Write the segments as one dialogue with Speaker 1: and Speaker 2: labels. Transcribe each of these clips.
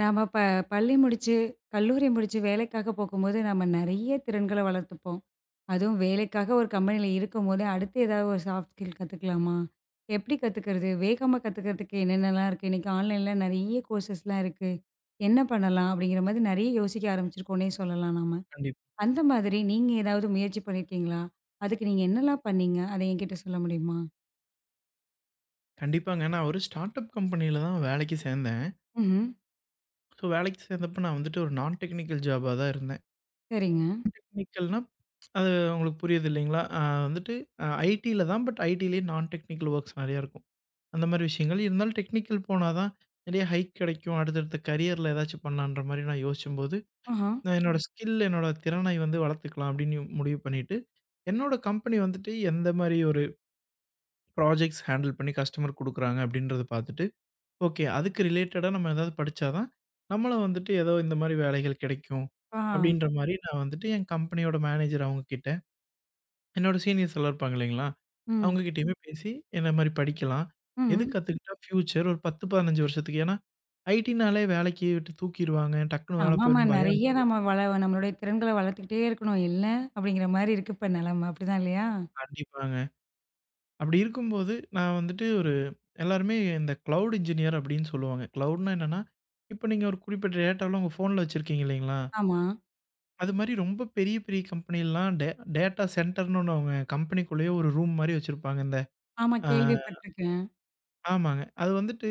Speaker 1: நாம பள்ளி முடிச்சு, கல்லூரி முடிச்சு வேலைக்காக போகும்போது, நம்ம நெறைய திறன்கள வளர்த்துப்போம். அதுவும் வேலைக்காக ஒரு கம்பெனியில இருக்கும்போதே, அடுத்து ஏதாவது ஒரு சாஃப்ட் ஸ்கில் கத்துக்கலாமா? எப்படி கத்துக்கிறது? வேகமா கத்துக்கிறதுக்கு என்னென்னலாம் இருக்கு? இன்னைக்கு ஆன்லைன்ல நெறைய கோர்சஸ்லாம் இருக்கு. என்ன பண்ணலாம்? அப்படிங்கிற மாதிரி நெறைய யோசிக்க ஆரம்பிச்சிருக்கோன்னே சொல்லலாம் நாம.
Speaker 2: கண்டிப்
Speaker 1: அந்த மாதிரி நீங்க ஏதாவது முயற்சி பண்ணியிருக்கீங்களா? அதுக்கு நீங்க என்னலாம் பண்ணீங்க? அத என்கிட்ட சொல்ல முடியுமா?
Speaker 2: கண்டிப்பாங்க. நான் ஒரு ஸ்டார்ட் அப் கம்பெனியில தான் வேலைக்கு சேர்ந்தேன்.
Speaker 1: ம்ஹ்ம்.
Speaker 2: ஸோ வேலைக்கு சேர்ந்தப்ப நான் வந்துட்டு ஒரு நான் டெக்னிக்கல் ஜாபா தான் இருந்தேன்.
Speaker 1: சரிங்க.
Speaker 2: டெக்னிக்கல்னா அது உங்களுக்கு புரியுது இல்லைங்களா? வந்துட்டு ஐடியில தான். பட் ஐடியிலேயே நான் டெக்னிக்கல் ஒர்க்ஸ் நெறையா இருக்கும். அந்த மாரி விஷயங்கள். இருந்தாலும் டெக்னிக்கல் போனா தான் நெறைய ஹைக் கிடைக்கும். அடுத்தடுத்த கரியர்ல ஏதாச்சும் பண்ணலான்ற மாரி நான் யோசிச்சம்போது,
Speaker 1: ஆஹா.
Speaker 2: நான் என்னோட ஸ்கில், என்னோட திறனை வந்து வளர்த்துக்கலாம் அப்படின்னு முடிவு பண்ணிட்டு, என்னோட கம்பெனி வந்துட்டு எந்த மாரி ஒரு ப்ராஜெக்ட்ஸ் ஹேண்டில் பண்ணி கஸ்டமர் குடுக்குறாங்க அப்படின்றத பார்த்துட்டு ஓகே. அதுக்கு ரிலேட்டடா நம்ம ஏதாவது படிச்சா தான், நம்மள வந்துட்டு ஏதோ இந்த மாரி வேலைகள் கிடைக்கும்.
Speaker 1: ஆ.
Speaker 2: அப்படின்ற மாரி நான் வந்துட்டு என் கம்பெனியோட மேனேஜர் அவங்ககிட்ட, என்னோட சீனியர்ஸ் எல்லாம் இருப்பாங்க இல்லைங்களா?
Speaker 1: ம்.
Speaker 2: அவங்க கிட்டயுமே பேசி என்ன மாரி படிக்கலாம், எது
Speaker 1: ம்.
Speaker 2: கத்துக்கிட்டா ஃபியூச்சர் ஒரு 10, 15 வருஷத்துக்கு. ஏன்னா, ஐடினாலே வேலைக்கு விட்டு தூக்கிருவாங்க. டக்குனு வேலை
Speaker 1: ஆமாமா.
Speaker 2: போயிரும்ன்னு பயம்
Speaker 1: நெறைய
Speaker 2: இருக்கும்.
Speaker 1: நம்மளுடைய திறன்கள வளர்த்துக்கிட்டே இருக்கணும். இல்ல அப்படிங்கிற மாரி இருக்கு இப்ப நெலம. அப்படிதான் இல்லையா?
Speaker 2: கண்டிப்பாங்க. அப்படி இருக்கும்போது நான் வந்துட்டு ஒரு எல்லாருமே இந்த கிளவுட் இன்ஜினியர் அப்படின்னு சொல்லுவாங்க. கிளவுட்னா என்னன்னா, இப்ப நீங்க ஒரு குறிப்பிட்ட டேட்டாலாம் உங்க ஃபோன்ல வச்சிருக்கீங்க இல்லைங்களா?
Speaker 1: ஆமா.
Speaker 2: அது மாரி ரொம்ப பெரிய, பெரிய கம்பெனிலாம் டேட்டா சென்டர்ன்னு ஒண்ணு அவங்க கம்பெனிக்குள்ளேயே ஒரு ரூம் மாரி வச்சிருப்பாங்க. இந்த
Speaker 1: ஆமா
Speaker 2: ஆ
Speaker 1: கேள்விப்பட்டுருக்கேன்.
Speaker 2: ஆமாங்க. அது வந்துட்டு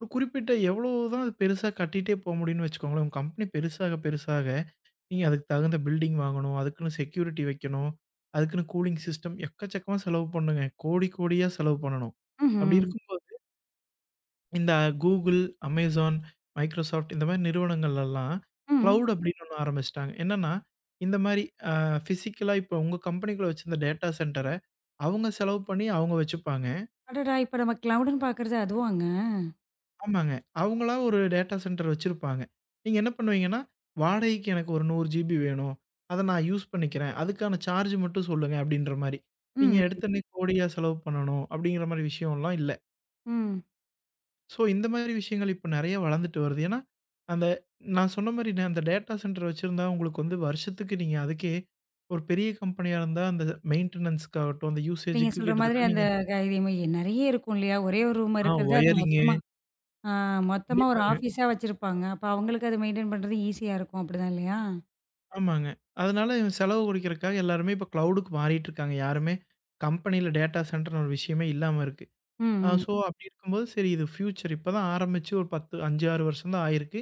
Speaker 2: ஒரு குறிப்பிட்ட எவ்வளோ தான் அது பெருசா கட்டிட்டே போ முடியும்னு வச்சுக்கோங்களேன். உங்க கம்பெனி பெருசாக, பெருசாக நீங்க அதுக்கு தகுந்த பில்டிங் வாங்கணும். அதுக்குன்னு செக்யூரிட்டி வைக்கணும். அதுக்குன்னு கூலிங் சிஸ்டம் எக்கச்சக்கமா செலவு பண்ணுங்க. கோடி, கோடியா செலவு பண்ணணும். அப்படி
Speaker 1: ம்ஹ்ம்.
Speaker 2: இருக்கும் இந்த Google, Amazon, Microsoft இந்த மாரி நிறுவனங்கள்லலாம்
Speaker 1: ம்.
Speaker 2: கிளவுட் அப்படின்னு ஒண்ணு ஆரம்பிச்சுட்டாங்க. என்னன்னா, இந்த மாரி அ பிசிக்கலா இப்போ உங்க கம்பெனிக்குள்ள வச்சிருந்த டேட்டா சென்டர அவங்க செலவு பண்ணி அவங்க வச்சுப்பாங்க.
Speaker 1: அடடா! இப்ப நம்ம கிளவுடுன்னு பாக்குறது அதுவாங்க?
Speaker 2: ஆமாங்க. அவங்களா ஒரு டேட்டா சென்டர் வச்சிருப்பாங்க. நீங்க என்ன பண்ணுவீங்கன்னா, வாடகைக்கு எனக்கு ஒரு 100 ஜிபி வேணும். அத நான் யூஸ் பண்ணிக்கிறேன். அதுக்கான சார்ஜ் மட்டும் சொல்லுங்க அப்படின்ற மாரி. நீங்க
Speaker 1: ம்.
Speaker 2: எடுத்தோனே கோடியா செலவு பண்ணணும் அப்படிங்கிற மாரி விஷயம்லாம் இல்ல.
Speaker 1: ம்.
Speaker 2: ஸோ, இந்த மாரி விஷயங்கள் இப்ப நெறைய வளர்ந்துட்டு வருது. ஏன்னா, அந்த நான் சொன்ன மாரி நான் அந்த டேட்டா சென்டர் வச்சிருந்தா உங்களுக்கு வந்து வருஷத்துக்கு நீங்க அதுக்கே ஒரு பெரிய கம்பெனியா இருந்தா அந்த மெயின்டனன்ஸ்க்காகட்டும், அந்த
Speaker 1: நீங்க
Speaker 2: யூசேஜுக்கு
Speaker 1: சொல்ற மாதிரி
Speaker 2: கிட்டத்தட்ட
Speaker 1: அந்த
Speaker 2: நீங்க
Speaker 1: இதே மாரி நெறைய இருக்கும் இல்லையா? ஒரே ஒரு ரூம் இருக்கிறது அது
Speaker 2: ஒயரிங்கு
Speaker 1: மொத்தமா ஆ மொத்தமா ஒரு
Speaker 2: கண்டிப்பாங்க.
Speaker 1: ஆஃபீஸா வச்சிருப்பாங்க. அப்ப அவங்களுக்கு அத மெயின்டெயின் பண்றது ஈஸியா இருக்கும். அப்படிதான் இல்லையா?
Speaker 2: ஆமாங்க. அதனால இவன் செலவு குறைக்கிறதுக்காக எல்லாருமே இப்ப கிளவுடுக்கு மாறிட்டு இருக்காங்க. யாருமே கம்பெனியில டேட்டா சென்டர்ன்னு ஒரு விஷயமே இல்லாம இருக்கு.
Speaker 1: ம். ம்.
Speaker 2: ஸோ, அப்படி இருக்கும்போது சரி இது ஃபியூச்சர் இப்ப தான் ஆரம்பிச்சு ஒரு 10, 5, 6 வருஷம் தான் ஆயிருக்கு.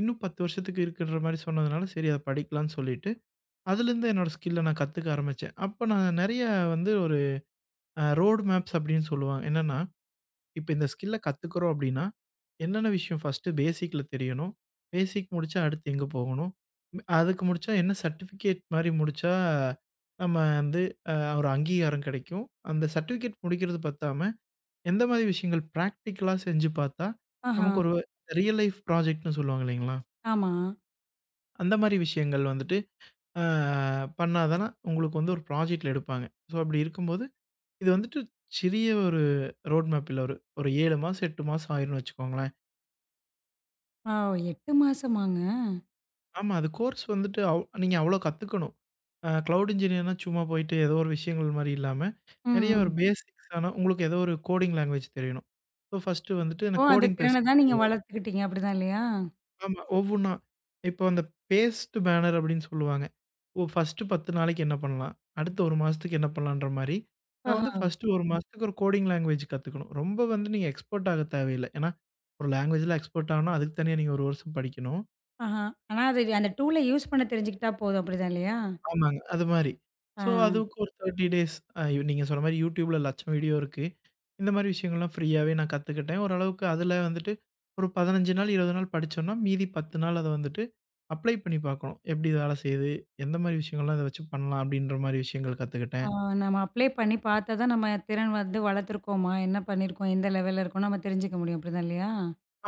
Speaker 2: இன்னும் 10 வருஷத்துக்கு இருக்குன்ற மாரி சொன்னதுனால சரி அத படிக்கலாம்னு சொல்லிட்டு அதுலேருந்து என்னோட ஸ்கில்ல நான் கத்துக்க ஆரம்பிச்சேன். அப்ப நான் நெறைய வந்து ஒரு ரோட் மேப்ஸ் அப்டின்னு சொல்லுவாங்க. என்னன்னா, இப்ப இந்த ஸ்கில்ல கத்துக்கிறோம் அப்டின்னா, என்னென்ன விஷயம் ஃபர்ஸ்ட்டு பேசிக்ல தெரியணும். பேசிக் முடிச்சா அடுத்து எங்க போகணும். அதுக்கு முடிச்சா என்ன, சர்டிஃபிகேட் மாரி முடிச்சா, நம்ம வந்து அ ஒரு அங்கீகாரம் கிடைக்கும். அந்த சர்டிஃபிகேட் முடிக்கிறது பத்தாம, எந்த மாரி விஷயங்கள் பிராக்டிகலா செஞ்சு பார்த்தா,
Speaker 1: ஆஹா.
Speaker 2: நமக்கு ஒரு ரியல் லைஃப் ப்ராஜெக்ட்ன்னு சொல்லுவாங்க இல்லைங்களா?
Speaker 1: ஆமா.
Speaker 2: அந்த மாரி விஷயங்கள் வந்துட்டு ஆ பண்ணா தான உங்களுக்கு வந்து ஒரு ப்ராஜெக்ட்ல எடுப்பாங்க. ஸோ அப்படி இருக்கும்போது, இது வந்துட்டு சிறிய ஒரு ரோட் மேப் இல்ல. ஒரு ஒரு 7 மாசம், 8 மாசம் ஆயிரும்னு வச்சுக்கோங்களேன்.
Speaker 1: ஓ! 8 மாசமாங்க?
Speaker 2: ஆமா. அது கோர்ஸ் வந்துட்டு நீங்க அவ்வளோ கத்துக்கணும். கிளவுட் இன்ஜினியர்னா சும்மா போயிட்டு ஏதோ ஒரு விஷயங்கள் மாரி இல்லாம, நெறைய ஒரு
Speaker 1: ம்.
Speaker 2: பேசிக்ஸான உங்களுக்கு ஏதோ ஒரு கோடிங் லாங்குவேஜ் தெரியணும். ஸோ ஃபர்ஸ்ட்டு வந்துட்டு
Speaker 1: ஓ!
Speaker 2: எனக்கு
Speaker 1: அந்த
Speaker 2: கோடிங்
Speaker 1: திறன
Speaker 2: பெருசா
Speaker 1: தான் நீங்க
Speaker 2: தெரியாது.
Speaker 1: வளர்த்துக்கிட்டீங்க. அப்படிதான் இல்லையா?
Speaker 2: ஆமா. ஒவ்வொன்னா இப்போ அந்த பேஸ்ட் பேனர் அப்படின்னு சொல்லுவாங்க. ஓ! ஃபர்ஸ்ட்டு 10 நாளைக்கு என்ன பண்ணலாம்? அடுத்த 1 மாசத்துக்கு என்ன பண்ணலான்ற மாரி, நான்
Speaker 1: ஆஹ.
Speaker 2: வந்து ஃபர்ஸ்ட்டு 1 மாசத்துக்கு ஒரு கோடிங் லாங்குவேஜ் கத்துக்கணும். ரொம்ப வந்து நீங்க எக்ஸ்பர்ட் ஆக தேவையில்ல. ஏன்னா, ஒரு லாங்குவேஜ்ல எக்ஸ்பர்ட் ஆகணும்னா, அதுக்கு தனியா நீங்க 1 வருஷம் படிக்கணும்.
Speaker 1: ஆஹா. ஆனா அது அந்த டூல யூஸ் பண்ண தெரிஞ்சுக்கிட்டா போதும். அப்படிதான் இல்லையா?
Speaker 2: ஆமாங்க. அது மாரி.
Speaker 1: ஆ.
Speaker 2: ஸோ, அதுக்கு ஒரு 30 டேஸ் நீங்க சொன்ன மாரி YouTubeல லட்சம் வீடியோ இருக்கு. இந்த மாரி விஷயங்கள்லாம் ஃப்ரீயாவே நான் கத்துக்கிட்டேன். ஓரளவுக்கு அதில வந்துட்டு ஒரு 15 நாள், 20 நாள் படிச்சோம்னா, மீதி 10 நாள் அத வந்துட்டு அப்ளை பண்ணி பார்க்கணும். எப்படி இது வேலை செய்யுது? எந்த மாரி விஷயங்கள்லாம் இத வச்சு பண்ணலாம்? அப்படின்ற மாரி விஷயங்கள்
Speaker 1: ஆ
Speaker 2: கத்துக்கிட்டேன்.
Speaker 1: நம்ம அப்ளை பண்ணி பார்த்தா தான் நம்ம திறன் வந்து வளர்த்துருக்கோமா? என்ன பண்ணியிருக்கோம்? எந்த லெவல்ல இருக்கோம்னு நம்ம தெரிஞ்சுக்க முடியும். அப்படிதான் இல்லையா?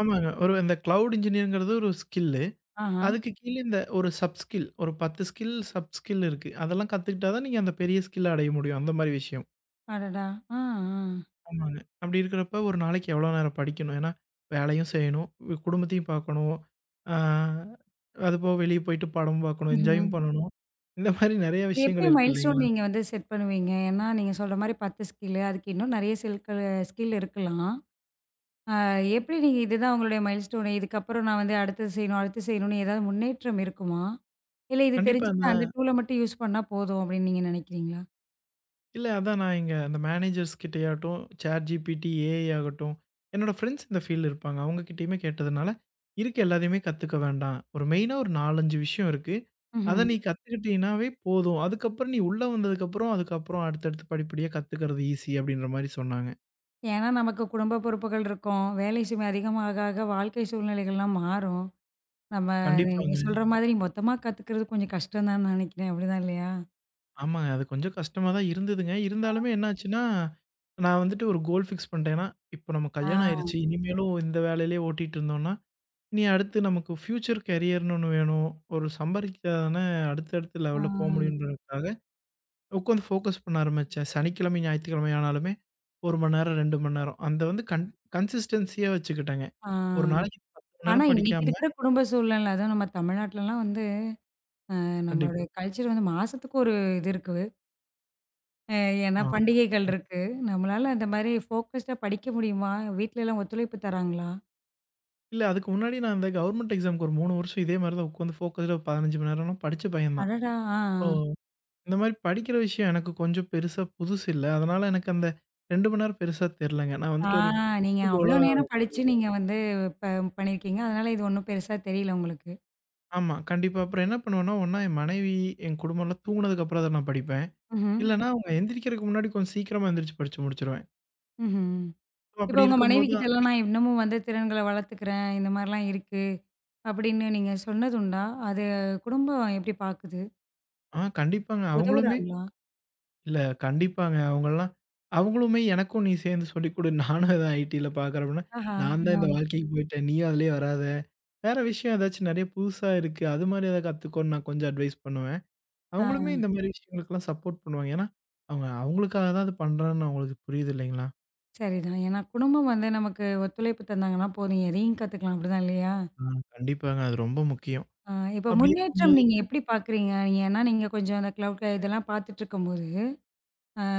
Speaker 2: ஆமாங்க. ஒரு இந்த கிளவுட் இன்ஜினியர்ங்கிறது ஒரு ஸ்கில்லு.
Speaker 1: ஆஹா.
Speaker 2: அதுக்கு கீழ இந்த ஒரு சப் ஸ்கில், ஒரு 10 ஸ்கில், சப் ஸ்கில் இருக்கு. அதெல்லாம் கத்துக்கிட்டா தான் நீங்க அந்த பெரிய ஸ்கில்ல அடைய முடியும். அந்த மாரி விஷயம்.
Speaker 1: அடடா! ஆ, ஆ.
Speaker 2: ஆமாங்க. அப்படி இருக்கிறப்ப ஒரு நாளைக்கு எவ்வளோ நேரம் படிக்கணும்? ஏன்னா, வேலையும் செய்யணும், குடும்பத்தையும் பார்க்கணும். ஆ அதுபோக வெளிய போயிட்டு படம் பார்க்கணும்,
Speaker 1: ம்ஹ்ம்.
Speaker 2: என்ஜாயும் பண்ணணும். இந்த மாரி நெறைய
Speaker 1: இது எப்படி
Speaker 2: விஷயங்கள் இருக்கு
Speaker 1: மைல்ஸ்டோன்
Speaker 2: இல்லைங்களா?
Speaker 1: நீங்க வந்து செட் பண்ணுவீங்க? ஏன்னா நீங்க சொல்ற மாரி 10 ஸ்கில்லு அதுக்கு இன்னும் நெறைய ஸ்கில் ஸ்கில் இருக்கலாம். அ எப்படி நீங்க இதுதான் உங்களுடைய மைல்ஸ்டோனு, இதுக்கப்புறம் நான் வந்து அடுத்தது செய்யணும், அடுத்து செய்யணும்னு ஏதாவது முன்னேற்றம் இருக்குமா? இல்ல இது
Speaker 2: கண்டிப்பா அந்த
Speaker 1: தெரிஞ்சுட்டு அந்த டூல மட்டும் யூஸ் பண்ணா போதும் அப்படின்னு நீங்க நினைக்கிறீங்களா?
Speaker 2: இல்ல அதான் நான் இங்க அந்த மேனேஜர்ஸ் கிட்டயாட்டும், ChatGPT, AI ஆகட்டும், என்னோட ஃப்ரெண்ட்ஸ் இந்த ஃபீல்ட்ல இருப்பாங்க. அவங்க கிட்டயுமே கேட்டதுனால, இருக்க எல்லாத்தையுமே கத்துக்க வேண்டாம். ஒரு மெயினா ஒரு 4, 5 விஷயம் இருக்கு.
Speaker 1: ம்ஹ்ம்.
Speaker 2: அத நீ கத்துக்கிட்டீனாவே போதும். அதுக்கப்புறம் நீ உள்ள வந்ததுக்கப்புறம், அதுக்கப்புறம் அடுத்தடுத்து படிப்படியா கத்துக்கிறது ஈஸி அப்படின்ற மாரி சொன்னாங்க.
Speaker 1: ஏன்னா நமக்கு குடும்ப பொறுப்புகள் இருக்கும். வேலை சுமை அதிகமாக ஆக வாழ்க்கை சூழ்நிலைகள்லாம் மாறும். நம்ம நீங்க
Speaker 2: கண்டிப்பாங்க.
Speaker 1: சொல்ற மாதிரி மொத்தமா கத்துக்கிறது கொஞ்சம் கஷ்டம் தான்னு நினைக்கிறேன். அப்படிதான் இல்லையா?
Speaker 2: ஆமாங்க. அது கொஞ்சம் கஷ்டமா தான் இருந்ததுங்க. இருந்தாலுமே என்னாச்சுன்னா, நான் வந்துட்டு ஒரு கோல் ஃபிக்ஸ் பண்ணிட்டேன். ஏன்னா, இப்போ நம்ம
Speaker 1: ஆ,
Speaker 2: கல்யாணம் ஆயிருச்சு. இனிமேலும் இந்த வேலையிலேயே ஓட்டிட்டு இருந்தோம்னா இனி அடுத்து நமக்கு ஃப்யூச்சர் கரியர்ன்னு ஒண்ணு வேணும். ஒரு சம்பாரிச்சா தானே அடுத்தடுத்த
Speaker 1: ஆ,
Speaker 2: லெவல்ல போ முடியுன்றதுக்காக உட்காந்து ஃபோக்கஸ் பண்ண ஆரம்பிச்சேன். சனிக்கிழமை, ஞாயிற்றுக்கிழமை ஆனாலுமே 1 மணி நேரம், 2 மணி நேரம். அந்த வந்து கன்சிஸ்டன்ஸியா வச்சுக்கிட்டேங்க.
Speaker 1: ஆ.
Speaker 2: ஒரு நாளைக்கு 10 மணி
Speaker 1: ஆனா
Speaker 2: நேரம்
Speaker 1: இன்னைக்கு
Speaker 2: படிக்காம
Speaker 1: இருக்கிற குடும்ப சூழ்நிலை அதுவும் நம்ம தமிழ்நாட்டுலலாம் வந்து
Speaker 2: கண்டிப்பா.
Speaker 1: நம்மளுடைய கல்ச்சர் வந்து மாசத்துக்கு ஒரு இது இருக்கு. அ ஏன்னா
Speaker 2: ஆ.
Speaker 1: பண்டிகைகள் இருக்கு. நம்மளால அந்த மாரி ஃபோக்கஸ்டா படிக்க முடியுமா? வீட்லலாம் ஒத்துழைப்பு தராங்களா?
Speaker 2: இல்ல அதுக்கு முன்னாடி நான் இந்த கவர்மெண்ட் எக்ஸாம்க்கு ஒரு 3 வருஷம் இதே மாரி தான் உட்காந்து ஃபோக்கஸ்டா 15 மணி நேரம்லாம் படிச்ச பையன் தான்.
Speaker 1: அடடா! ஆ,
Speaker 2: ஸோ,
Speaker 1: ஆ.
Speaker 2: இந்த மாரி படிக்கிற விஷயம் எனக்கு கொஞ்சம் பெருசா புதுசு இல்ல. அதனால எனக்கு அந்த 2 மணி நேரம் பெருசா தெரியலங்க. நான்
Speaker 1: ஆ
Speaker 2: வந்துட்டு ஒரு
Speaker 1: நீங்க
Speaker 2: ஃபிக்ஸ்டு
Speaker 1: அவ்ளோ
Speaker 2: கோலா
Speaker 1: நேரம் படிச்சு நீங்க வந்து ப பண்ணியிருக்கீங்க. அதனால இது ஒண்ணும் பெருசா தெரியல உங்களுக்கு.
Speaker 2: ஆமா. கண்டிப்பா. அப்புறம் என்ன பண்ணுவேன்னா, ஒண்ணா என் மனைவி, என் குடும்பம்லாம் தூங்குனதுக்கு அப்புறம் தான் நான் படிப்பேன்.
Speaker 1: ம்ஹ்ம்.
Speaker 2: இல்லன்னா, அவங்க எந்திரிக்கிறதுக்கு முன்னாடி கொஞ்சம் சீக்கிரமா எந்திரிச்சு படிச்சு முடிச்சுருவேன்.
Speaker 1: ம்ஹ்ம்.
Speaker 2: ஸோ
Speaker 1: இப்ப
Speaker 2: அப்படி
Speaker 1: உங்க மனைவி
Speaker 2: இருக்கும்போது
Speaker 1: கிட்டலாம் நான் இன்னமும் வந்து திறன்கள வளர்த்துக்கிறேன். இந்த மாரிலாம் இருக்கு. அப்படின்னு நீங்க சொன்னது உண்டா? அது குடும்பம் எப்படி பாக்குது?
Speaker 2: கண்டிப்பாங்க. அவங்களுமே
Speaker 1: உதவுறாங்களா?
Speaker 2: இல்ல கண்டிப்பாங்க. அவங்கலாம் அவங்களுமே எனக்கும் நீ சேர்ந்து சொல்லிக் குடு. நானும் ஏதோ ஐடில பார்க்குறேன் அப்படின்னா,
Speaker 1: ஆஹா.
Speaker 2: நான் தான் இந்த
Speaker 1: ஆ.
Speaker 2: வாழ்க்கைக்கு போயிட்டேன். நீயும் அதிலயே வராத. வேற விஷயம் ஏதாச்சும் நெறைய புதுசா இருக்கு. அது மாரி ஏதாவது கத்துக்கோன்னு நான் கொஞ்சம் அட்வைஸ் பண்ணுவேன்.
Speaker 1: ஆ.
Speaker 2: அவங்களுமே இந்த மாரி விஷயங்களுக்கெல்லாம் சப்போர்ட் பண்ணுவாங்க. ஏன்னா, அவங்க அவங்களுக்காக தான் அது பண்றேன்னு அவங்களுக்கு புரியுது இல்லைங்களா?
Speaker 1: சரிதான். ஏன்னா குடும்பம் வந்து நமக்கு ஒத்துழைப்பு தந்தாங்கன்னா போதும். எதையும் கத்துக்கலாம். அப்படிதான் இல்லையா?
Speaker 2: ஆ கண்டிப்பாங்க. அது ரொம்ப முக்கியம்.
Speaker 1: ஆ, இப்ப
Speaker 2: அப்படி
Speaker 1: முன்னேற்றம்
Speaker 2: இருக்கும்போது
Speaker 1: நீங்க எப்படி பார்க்குறீங்க? ஏன்னா, நீங்க கொஞ்சம் அந்த கிளவுட் இதெல்லாம் பார்த்துட்டுருக்கும்போது, அ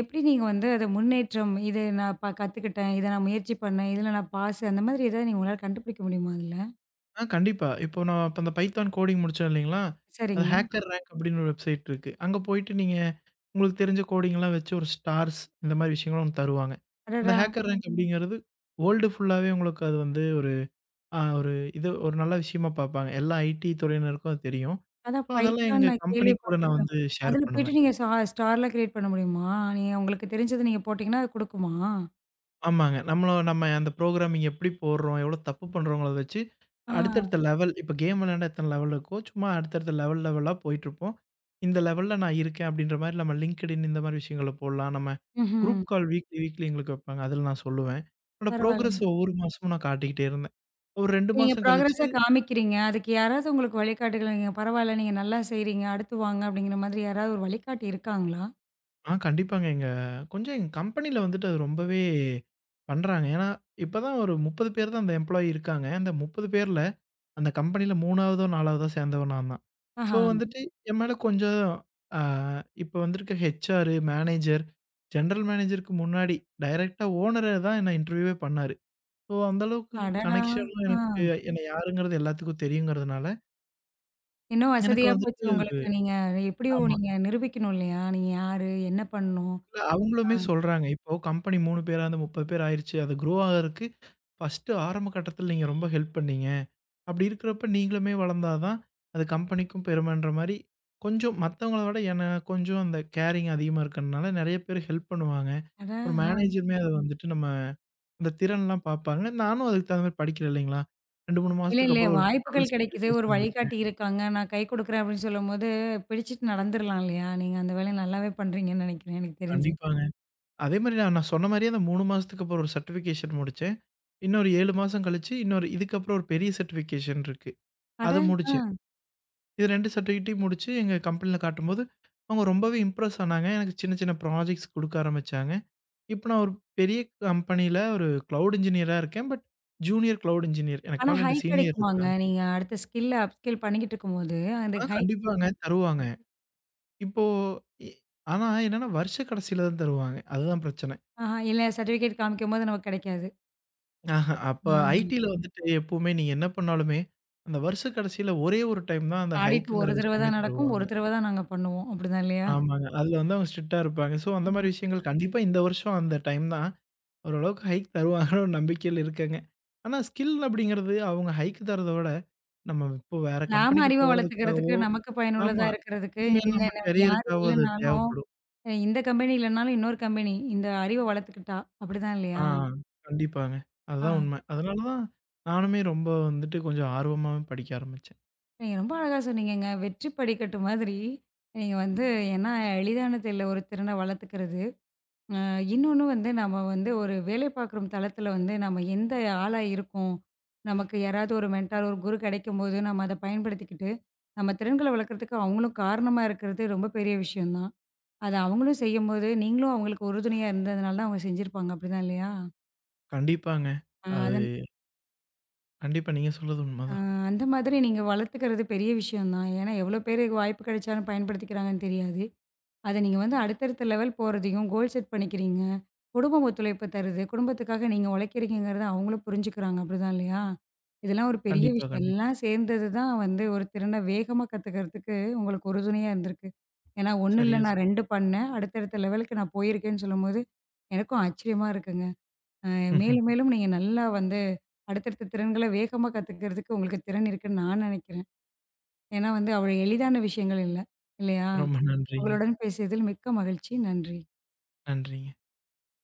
Speaker 1: எப்படி நீங்க வந்து அத முன்னேற்றம், இது நான் கத்துக்கிட்டேன், இத நான் முயற்சி பண்ணேன், இதுல நான் பாஸு அந்த மாதிரி ஏதாவது நீங்க உங்களால கண்டுபிடிக்க முடியுமா அதுல?
Speaker 2: கண்டிப்பா. இப்போ நான் அப்ப அந்த பைத்தான் கோடிங் முடிச்சேன் இல்லைங்களா? அது
Speaker 1: சரிங்க.
Speaker 2: ஹேக்கர் ரேங்க் அப்படின்னு ஒரு வெப்சைட் இருக்கு. அங்க போயிட்டு நீங்க உங்களுக்கு தெரிஞ்ச கோடிங்லாம் வச்சு ஒரு ஸ்டார்ஸ் இந்த மாரி விஷயங்களும் ஒண்ணு தருவாங்க. அந்த
Speaker 1: அடடா!
Speaker 2: ஹேக்கர் ரேங்க் அப்படிங்கிறது வேர்ல்டு ஃபுல்லாவே உங்களுக்கு அது வந்து ஒரு ஒரு இது ஒரு நல்ல விஷயமா பார்ப்பாங்க. எல்லா ஐடி துறையினருக்கும் அது தெரியும்.
Speaker 1: அதான்
Speaker 2: ஸோ அதெல்லாம்
Speaker 1: பைத்தான்
Speaker 2: எங்க
Speaker 1: நான்
Speaker 2: கம்பெனி கூட நான்
Speaker 1: கேள்விப்பட்டுருக்கேன்.
Speaker 2: வந்து ஷேர்
Speaker 1: அதுல போயிட்டு
Speaker 2: பண்ணுவேன்.
Speaker 1: நீங்க ஸ்டார்லாம் கிரியேட் பண்ண முடியுமா? நீங்க உங்களுக்கு தெரிஞ்சத நீங்க போட்டீங்கன்னா, அது குடுக்குமா?
Speaker 2: ஆமாங்க. நம்மள நம்ம அந்த புரோகிராமிங் எப்படி போடுறோம்? எவ்வளோ தப்பு பண்றோங்கிறத வச்சு
Speaker 1: ஆ.
Speaker 2: அடுத்தடுத்த லெவல் இப்ப கேம் விளையாண்டா எத்தன லெவல் இருக்கோ, சும்மா அடுத்தடுத்த லெவல் லெவலா போயிட்டுருப்போம். இந்த லெவல்ல நான் இருக்கேன் அப்படின்ற மாரி நம்ம LinkedIn இந்த மாரி விஷயங்கள போடலாம். நம்ம
Speaker 1: ம்ஹ்ம்.
Speaker 2: குரூப் கால் வீக்லி, வீக்லி எங்களுக்கு வைப்பாங்க. அதில நான் சொல்லுவேன். என்னோட
Speaker 1: பரவால்ல.
Speaker 2: புரோகிரஸ் ஒவ்வொரு மாசமும் நான் காட்டிக்கிட்டே இருந்தேன். ஒரு 2
Speaker 1: நீங்க
Speaker 2: மாசம் கழிச்சு
Speaker 1: ப்ராக்ரஸா காமிக்கிறீங்க. அதுக்கு யாராவது உங்களுக்கு வழிகாட்டுகள் நீங்க பரவால்ல, நீங்க நல்லா செய்றீங்க, அடுத்து வாங்க அப்படிங்கிற மாதிரி யாராவது ஒரு வழிகாட்டி இருக்காங்களா?
Speaker 2: கண்டிப்பாங்க. எங்க கொஞ்சம் எங்க கம்பெனில வந்துட்டு அது ரொம்பவே பண்றாங்க. ஏன்னா, இப்ப தான் ஒரு 30 பேர் தான் அந்த எம்ப்ளாயி இருக்காங்க. அந்த 30 பேர்ல அந்த கம்பெனியில 3வதோ, 4வதோ சேர்ந்தவன் நான் தான். ஸோ
Speaker 1: ஆஹா!
Speaker 2: வந்துட்டு என் மேல கொஞ்சம் அ இப்போ வந்திருக்க ஹெச்ஆர், மேனேஜர், ஜெனரல் மேனேஜருக்கு முன்னாடி டைரக்ட்டா ஓனரே தான் என்ன இன்டர்வியூவே பண்ணாரு. ஸோ அந்த அளவுக்கு
Speaker 1: அடடா!
Speaker 2: கனெக்ஷனும்
Speaker 1: ஆ.
Speaker 2: எனக்கு என்ன யாருங்கிறது எல்லாத்துக்கும் தெரியுங்கிறதுனால,
Speaker 1: இன்னும்
Speaker 2: எனக்கு
Speaker 1: வசதியா போச்சு
Speaker 2: வந்துட்டு ஒரு
Speaker 1: உங்களுக்கு. எப்படியும்
Speaker 2: ஆமா.
Speaker 1: நீங்க நிரூபிக்கணும் இல்லையா? நீங்க யாரு? என்ன பண்ணணும்?
Speaker 2: இல்ல
Speaker 1: ஆ.
Speaker 2: அவங்களுமே சொல்றாங்க, இப்போ கம்பெனி 3 பேரா இருந்து 30 பேர் ஆயிருச்சு. அது க்ரோ ஆகறக்கு ஃபர்ஸ்ட்டு ஆரம்ப கட்டத்தில நீங்க ரொம்ப ஹெல்ப் பண்ணீங்க. அப்படி இருக்கிறப்ப நீங்களுமே வளர்ந்தா தான், அது கம்பெனிக்கும் பெருமைன்ற மாரி, கொஞ்சம் மத்தவங்கள விட ஏன்னா கொஞ்சம் அந்த கேரிங் அதிகமா இருக்கறனால நெறைய பேர் ஹெல்ப் பண்ணுவாங்க.
Speaker 1: அட
Speaker 2: ஒரு
Speaker 1: ஆ.
Speaker 2: மேனேஜருமே அத வந்துட்டு நம்ம அந்த திறன்லாம் பார்ப்பாங்க. நானும் அதுக்கு தகுந்த மாரி படிக்கிறேன் இல்லைங்களா? 2, 3
Speaker 1: இல்ல,
Speaker 2: மாசத்துக்கு
Speaker 1: இல்ல.
Speaker 2: அப்புறம் ஒரு நல்ல
Speaker 1: வாய்ப்புகள் கிடைக்குது. ஒரு
Speaker 2: சர்டிஃபிகேஷன் முடிச்சேன்.
Speaker 1: வழிகாட்டி இருக்காங்க. நான் கை குடுக்குறேன் அப்படின்னு சொல்லும்போது, பிடிச்சிட்டு நடந்துரலாம் இல்லையா? நீங்க அந்த வேலைய நல்லாவே பண்றீங்கன்னு நெனைக்கிறேன் எனக்கு தெரிஞ்சு.
Speaker 2: கண்டிப்பாங்க. அதே மாரி நான் நான் சொன்ன மாரியே அந்த 3 மாசத்துக்கு அப்புறம் ஒரு சர்டிஃபிகேஷன் முடிச்சேன். இன்னொரு 7 மாசம் கழிச்சு, இன்னொரு இதுக்கப்புறம் ஒரு பெரிய சர்டிஃபிகேஷன் இருக்கு.
Speaker 1: அட!
Speaker 2: அத
Speaker 1: ஆ.
Speaker 2: முடிச்சேன். இது 2 சர்டிஃபிகேட்டையும் முடிச்சு எங்க கம்பெனில காட்டும்போது, அவங்க ரொம்பவே இம்ப்ரெஸ் ஆனாங்க. எனக்கு சின்ன சின்ன ப்ராஜெக்ட்ஸ் குடுக்க ஆரம்பிச்சாங்க. இப்ப நான் ஒரு பெரிய கம்பெனில ஒரு கிளவுட் இன்ஜினியரா இருக்கேன். But junior cloud engineer. எனக்கு
Speaker 1: ஆனா
Speaker 2: மேல 2
Speaker 1: ஹைக்
Speaker 2: சீனியர்
Speaker 1: கிடைக்குமாங்க?
Speaker 2: இருக்காங்க.
Speaker 1: நீங்க அடுத்த ஸ்கில்ல அப்ஸ்கில் பண்ணிக்கிட்டு இருக்கும்போது, அந்த ஹை
Speaker 2: கண்டிப்பாங்க தருவாங்க. இப்போ இ ஆனா என்னன்னா வருஷ கடைசியில தான் தருவாங்க. அதுதான் பிரச்சனை.
Speaker 1: ஆஹா, இல்ல சர்டிஃபிகேட் காமிக்கும்போது நமக்கு கிடைக்காது.
Speaker 2: ஆஹா அப்ப
Speaker 1: ஆ.
Speaker 2: ஐடில வந்துட்டு எப்பவுமே நீங்க என்ன பண்ணாலுமே, அந்த வருஷ கடைசியில ஒரே ஒரு டைம் தான் அந்த
Speaker 1: ஆடிட்
Speaker 2: ஹைக்குங்கிற
Speaker 1: ஒரு தடவ
Speaker 2: விஷயமே
Speaker 1: தான் நடக்கும். ஒரு
Speaker 2: தருவாங்க.
Speaker 1: தடவ தான் நாங்க பண்ணுவோம். அப்படிதான் இல்லையா?
Speaker 2: ஆமாங்க. அதுல வந்து அவங்க ஸ்ட்ரிக்ட்டா இருப்பாங்க. ஸோ அந்த
Speaker 1: ஆமா.
Speaker 2: மாரி விஷயங்கள் கண்டிப்பா இந்த வருஷம் அந்த டைம் தான். ஓரளவுக்கு ஹைக் தருவாங்கன்னு ஒரு நம்பிக்கையில இருக்கேங்க. ஆனா ஸ்கில் அப்படிங்கிறது அவங்க ஹைக் தரத விட, நம்ம இப்போ வேற
Speaker 1: நாம
Speaker 2: கம்பெனிக்கு
Speaker 1: அறிவ வளர்த்துக்கிறதுக்கு,
Speaker 2: போறதுக்காகவோ
Speaker 1: நமக்கு பயனுள்ளதா
Speaker 2: ஆமா,
Speaker 1: இருக்கிறதுக்கு,
Speaker 2: இனிமேல்
Speaker 1: இல்ல
Speaker 2: நம்ம
Speaker 1: இல்ல யாரு
Speaker 2: கரியருக்காவோ அது
Speaker 1: இல்லன்னாலும்,
Speaker 2: தேவைப்படும்.
Speaker 1: இந்த கம்பெனி இல்லன்னாலும் இன்னொரு கம்பெனி, இந்த அறிவ வளர்த்துக்கிட்டா, அப்படிதான்
Speaker 2: ஆ
Speaker 1: இல்லையா?
Speaker 2: கண்டிப்பாங்க.
Speaker 1: ஆ.
Speaker 2: அதுதான் உண்மை. அதனால தான் நானுமே ரொம்ப வந்துட்டு கொஞ்சம் ஆர்வமாவே படிக்க ஆரம்பிச்சேன்.
Speaker 1: நீங்க ரொம்ப அழகா சொன்னீங்கங்க. வெற்றி படிக்கட்டு மாதிரி, நீங்க வந்து ஏன்னா எளிதானது இல்ல ஒரு திறன வளர்த்துக்கிறது. அ இன்னொன்னு வந்து நம்ம வந்து ஒரு வேலை பார்க்குற தளத்தில வந்து நம்ம எந்த ஆளா இருக்கோம். நமக்கு யாராவது ஒரு மென்டார், ஒரு குரு கிடைக்கும்போது நம்ம அத பயன்படுத்திக்கிட்டு, நம்ம திறன்கள வளர்க்கறதுக்கு அவங்களும் காரணமா இருக்கிறது ரொம்ப பெரிய விஷயம் தான். அத அவங்களும் செய்யும்போது, நீங்களும் அவங்களுக்கு உறுதுணையா இருந்ததுனால தான் அவங்க செஞ்சிருப்பாங்க. அப்படிதான் இல்லையா?
Speaker 2: கண்டிப்பாங்க.
Speaker 1: அ
Speaker 2: அது
Speaker 1: அத
Speaker 2: கண்டிப்பா நீங்க சொல்றது உண்மைதான்.
Speaker 1: அந்த மாதிரி நீங்க வளர்த்துக்கிறது பெரிய விஷயம் தான். ஏன்னா எவ்வளோ பேருக்கு வாய்ப்பு கிடைச்சாலும் பயன்படுத்திக்கிறாங்கன்னு தெரியாது. அத நீங்க வந்து அடுத்தடுத்த லெவல் போறதையும் கோல் செட் பண்ணிக்கிறீங்க. குடும்பம் ஒத்துழைப்பு தருது. குடும்பத்துக்காக நீங்க உழைக்கிறீங்கங்கிறத அவங்களும் புரிஞ்சுக்கிறாங்க. அப்படிதான் இல்லையா? இதெல்லாம் ஒரு பெரிய
Speaker 2: கண்டிப்பா,
Speaker 1: விஷயம்.
Speaker 2: கண்டிப்பா.
Speaker 1: எல்லாம் சேர்ந்தது தான் வந்து ஒரு திறன வேகமா கத்துக்கிறதுக்கு உங்களுக்கு உறுதுணையா இருந்திருக்கு. ஏன்னா 1 இல்ல
Speaker 2: சரியா சொன்
Speaker 1: நான் 2 பண்ணேன். அடுத்தடுத்த லெவலுக்கு நான் போயிருக்கேன்னு சொல்லும்போது, எனக்கும் ஆச்சரியமா இருக்குங்க. அ
Speaker 2: ம்ஹ்ம்.
Speaker 1: மேலும் மேலும் நீங்க நல்லா வந்து அடுத்தடுத்த திறன்கள வேகமா கத்துக்கிறதுக்கு உங்களுக்கு திறன் இருக்குன்னு நான் நினைக்கிறேன். ஏன்னா வந்து அவ்வளோ எளிதான விஷயங்கள் இல்ல. இல்லையா?
Speaker 2: ரொம்ப நன்றிங்க.
Speaker 1: உங்களுடன் பேசியதில் மிக்க மகிழ்ச்சி. நன்றி.
Speaker 2: நன்றிங்க.